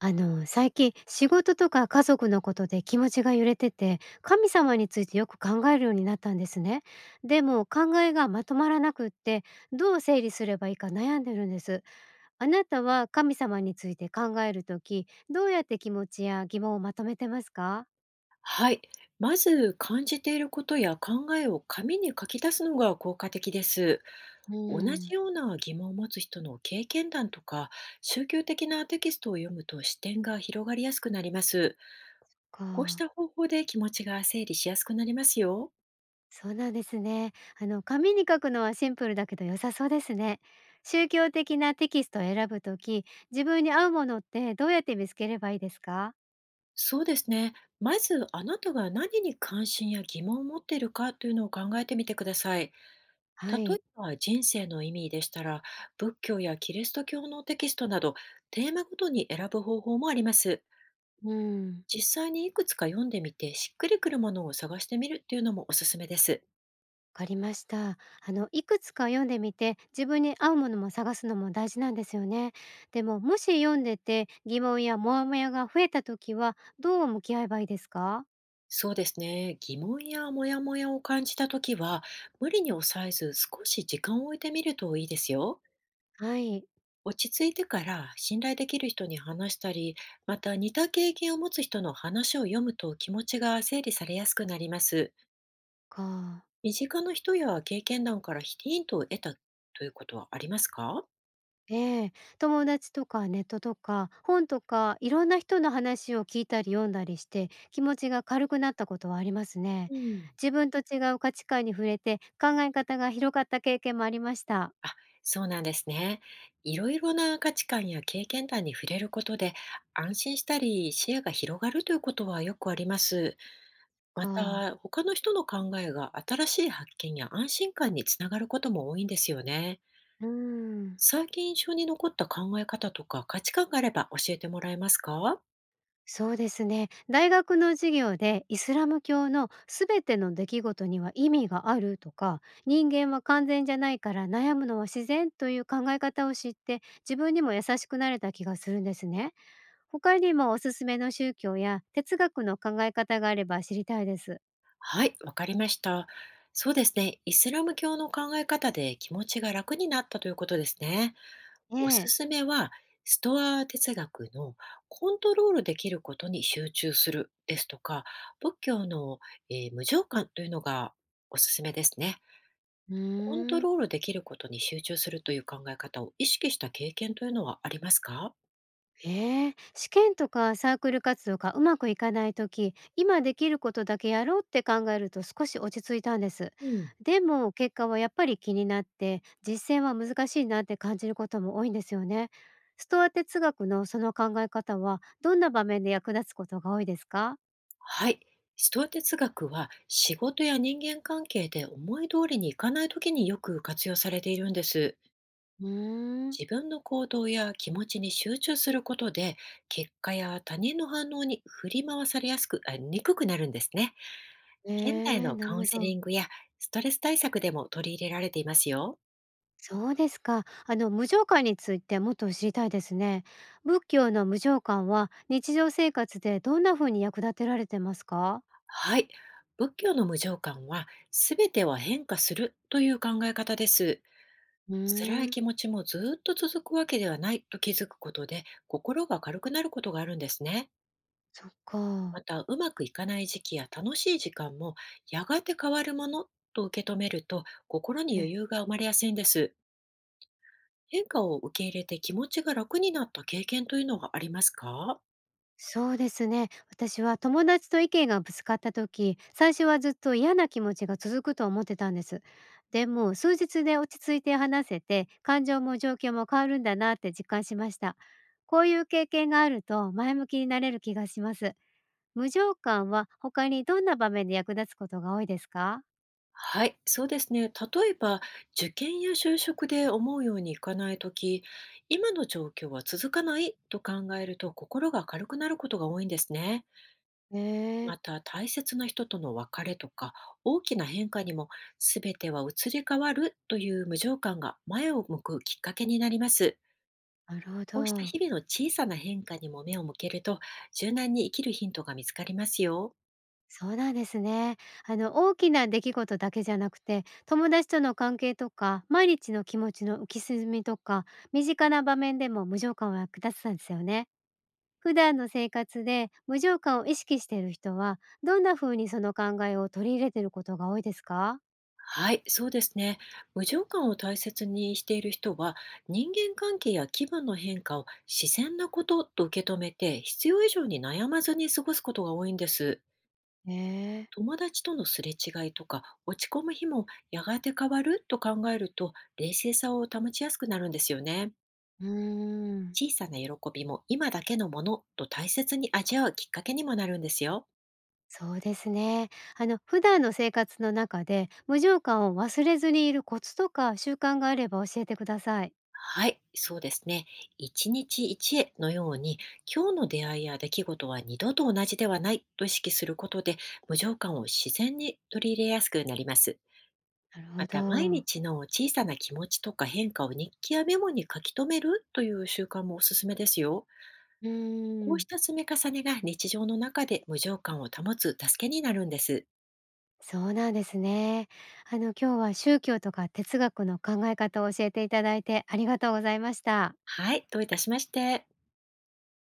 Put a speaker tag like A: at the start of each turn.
A: 最近仕事とか家族のことで気持ちが揺れてて、神様についてよく考えるようになったんですね。でも考えがまとまらなくって、どう整理すればいいか悩んでるんです。あなたは神様について考えるとき、どうやって気持ちや疑問をまとめてますか？
B: はい。まず感じていることや考えを紙に書き出すのが効果的です。
A: うー
B: 同じ
A: ん、
B: ような疑問を持つ人の経験談とか宗教的なテキストを読むと視点が広がりやすくなります。こうし
A: か、
B: た方法で気持ちが整理しやすくなりますよ。
A: そうなんですね。紙に書くのはシンプルだけど良さそうですね。宗教的なテキストを選ぶとき、自分に合うものってどうやって見つければいいですか？
B: そうですね。まずあなたが何に関心や疑問を持っているかというのを考えてみてください。
A: は
B: 例
A: い。
B: えば人生の意味でしたら、仏教やキリスト教のテキストなど、テーマごとに選ぶ方法もあります。
A: うん。
B: 実際にいくつか読んでみて、しっくりくるものを探してみるっていうのもおすすめです。
A: わかりました。いくつか読んでみて、自分に合うものも探すのも大事なんですよね。でも、もし読んでて疑問やモヤモヤが増えた時は、どう向き合えばいいですか？
B: そうですね。疑問やモヤモヤを感じたときは、無理に抑えず少し時間を置いてみるといいですよ。
A: はい。
B: 落ち着いてから信頼できる人に話したり、また似た経験を持つ人の話を読むと気持ちが整理されやすくなります。
A: か。
B: 身近な人や経験談からヒントを得たということはありますか？
A: ええ、友達とかネットとか本とかいろんな人の話を聞いたり読んだりして気持ちが軽くなったことはありますね。
B: うん。
A: 自分と違う価値観に触れて考え方が広がった経験もありました。
B: あ、そうなんですね。いろいろな価値観や経験談に触れることで、安心したり視野が広がるということはよくあります。ま
A: か。
B: た、他の人の考えが新しい発見や安心感につながることも多いんですよね。
A: うん。
B: 最近印象に残った考え方とか価値観があれば教えてもらえますか？
A: そうですね。大学の授業でイスラム教のすべての出来事には意味があるとか、人間は完全じゃないから悩むのは自然という考え方を知って、自分にも優しくなれた気がするんですね。他にもおすすめの宗教や哲学の考え方があれば知りたいです。
B: はい、わかりました。そうですね。イスラム教の考え方で気持ちが楽になったということですね。
A: え
B: おす
A: え。
B: すめは、ストア哲学のコントロールできることに集中するですとか、仏教の、無常観というのがおすすめですね。
A: う
B: コン
A: ー
B: ト
A: ん。
B: ロールできることに集中するという考え方を意識した経験というのはありますか？
A: ええ、試験とかサークル活動がうまくいかない時今できることだけやろうって考えると少し落ち着いたんです。
B: うん。
A: でも結果はやっぱり気になって実践は難しいなって感じることも多いんですよね。ストア哲学のその考え方はどんな場面で役立つことが多いですか？
B: はい。ストア哲学は仕事や人間関係で思い通りにいかない時によく活用されているんです。
A: うーん。
B: 自分の行動や気持ちに集中することで、結果や他人の反応に振り回されやすく、あにくくなるんですね。
A: え
B: 現代
A: え、
B: の
A: なる
B: カウ
A: ほ
B: ンセ
A: ど。
B: リングやストレス対策でも取り入れられていますよ。
A: そうですか。無常観についてもっと知りたいですね。仏教の無常観は日常生活でどんな風に役立てられてますか？
B: はい。仏教の無常観は、すべては変化するという考え方です。
A: う
B: 辛い
A: ーん、
B: 気持ちもずっと続くわけではないと気づくことで、心が軽くなることがあるんですね。
A: そっか。
B: また、うまくいかない時期や楽しい時間も、やがて変わるものと受け止めると、心に
A: え、
B: 余裕が生まれやすいんです。変化を受け入れて気持ちが楽になった経験というのがありますか？
A: そうですね。私は友達と意見がぶつかった時、最初はずっと嫌な気持ちが続くと思ってたんです。でも、数日で落ち着いて話せて、感情も状況も変わるんだなって実感しました。こういう経験があると前向きになれる気がします。無常感は他にどんな場面で役立つことが多いですか？
B: はい、そうですね。例えば、受験や就職で思うようにいかないとき、今の状況は続かないと考えると心が軽くなることが多いんですね。
A: ええ、
B: また、大切な人との別れとか大きな変化にも、全ては移り変わるという無常感が前を向くきっかけになります。
A: なるほ
B: こうした
A: ど。
B: 日々の小さな変化にも目を向けると、柔軟に生きるヒントが見つかりますよ。
A: そうなんですね。あの、大きな出来事だけじゃなくて、友達との関係とか、毎日の気持ちの浮き沈みとか、身近な場面でも無常感は役立つんですよね。普段の生活で無常感を意識している人は、どんな風にその考えを取り入れていることが多いですか？
B: はい、そうですね。無常感を大切にしている人は、人間関係や気分の変化を自然なことと受け止めて、必要以上に悩まずに過ごすことが多いんです。
A: ええ、
B: 友達とのすれ違いとか落ち込む日も、やがて変わると考えると冷静さを保ちやすくなるんですよね。
A: うーん。
B: 小さな喜びも今だけのものと大切に味わうきっかけにもなるんですよ。
A: そうですね。あの、普段の生活の中で無常感を忘れずにいるコツとか習慣があれば教えてください。
B: はい、そうですね。一日一会のように、今日の出会いや出来事は二度と同じではないと意識することで、無常感を自然に取り入れやすくなります。
A: なるほ
B: また、毎
A: ど。
B: 日の小さな気持ちとか変化を日記やメモに書き留めるという習慣もおすすめですよ。
A: うー
B: こう
A: ん、
B: した積み重ねが日常の中で無常感を保つ助けになるんです。
A: そうなんですね。あの、今日は宗教とか哲学の考え方を教えていただいてありがとうございました。
B: はい、どういたしまして。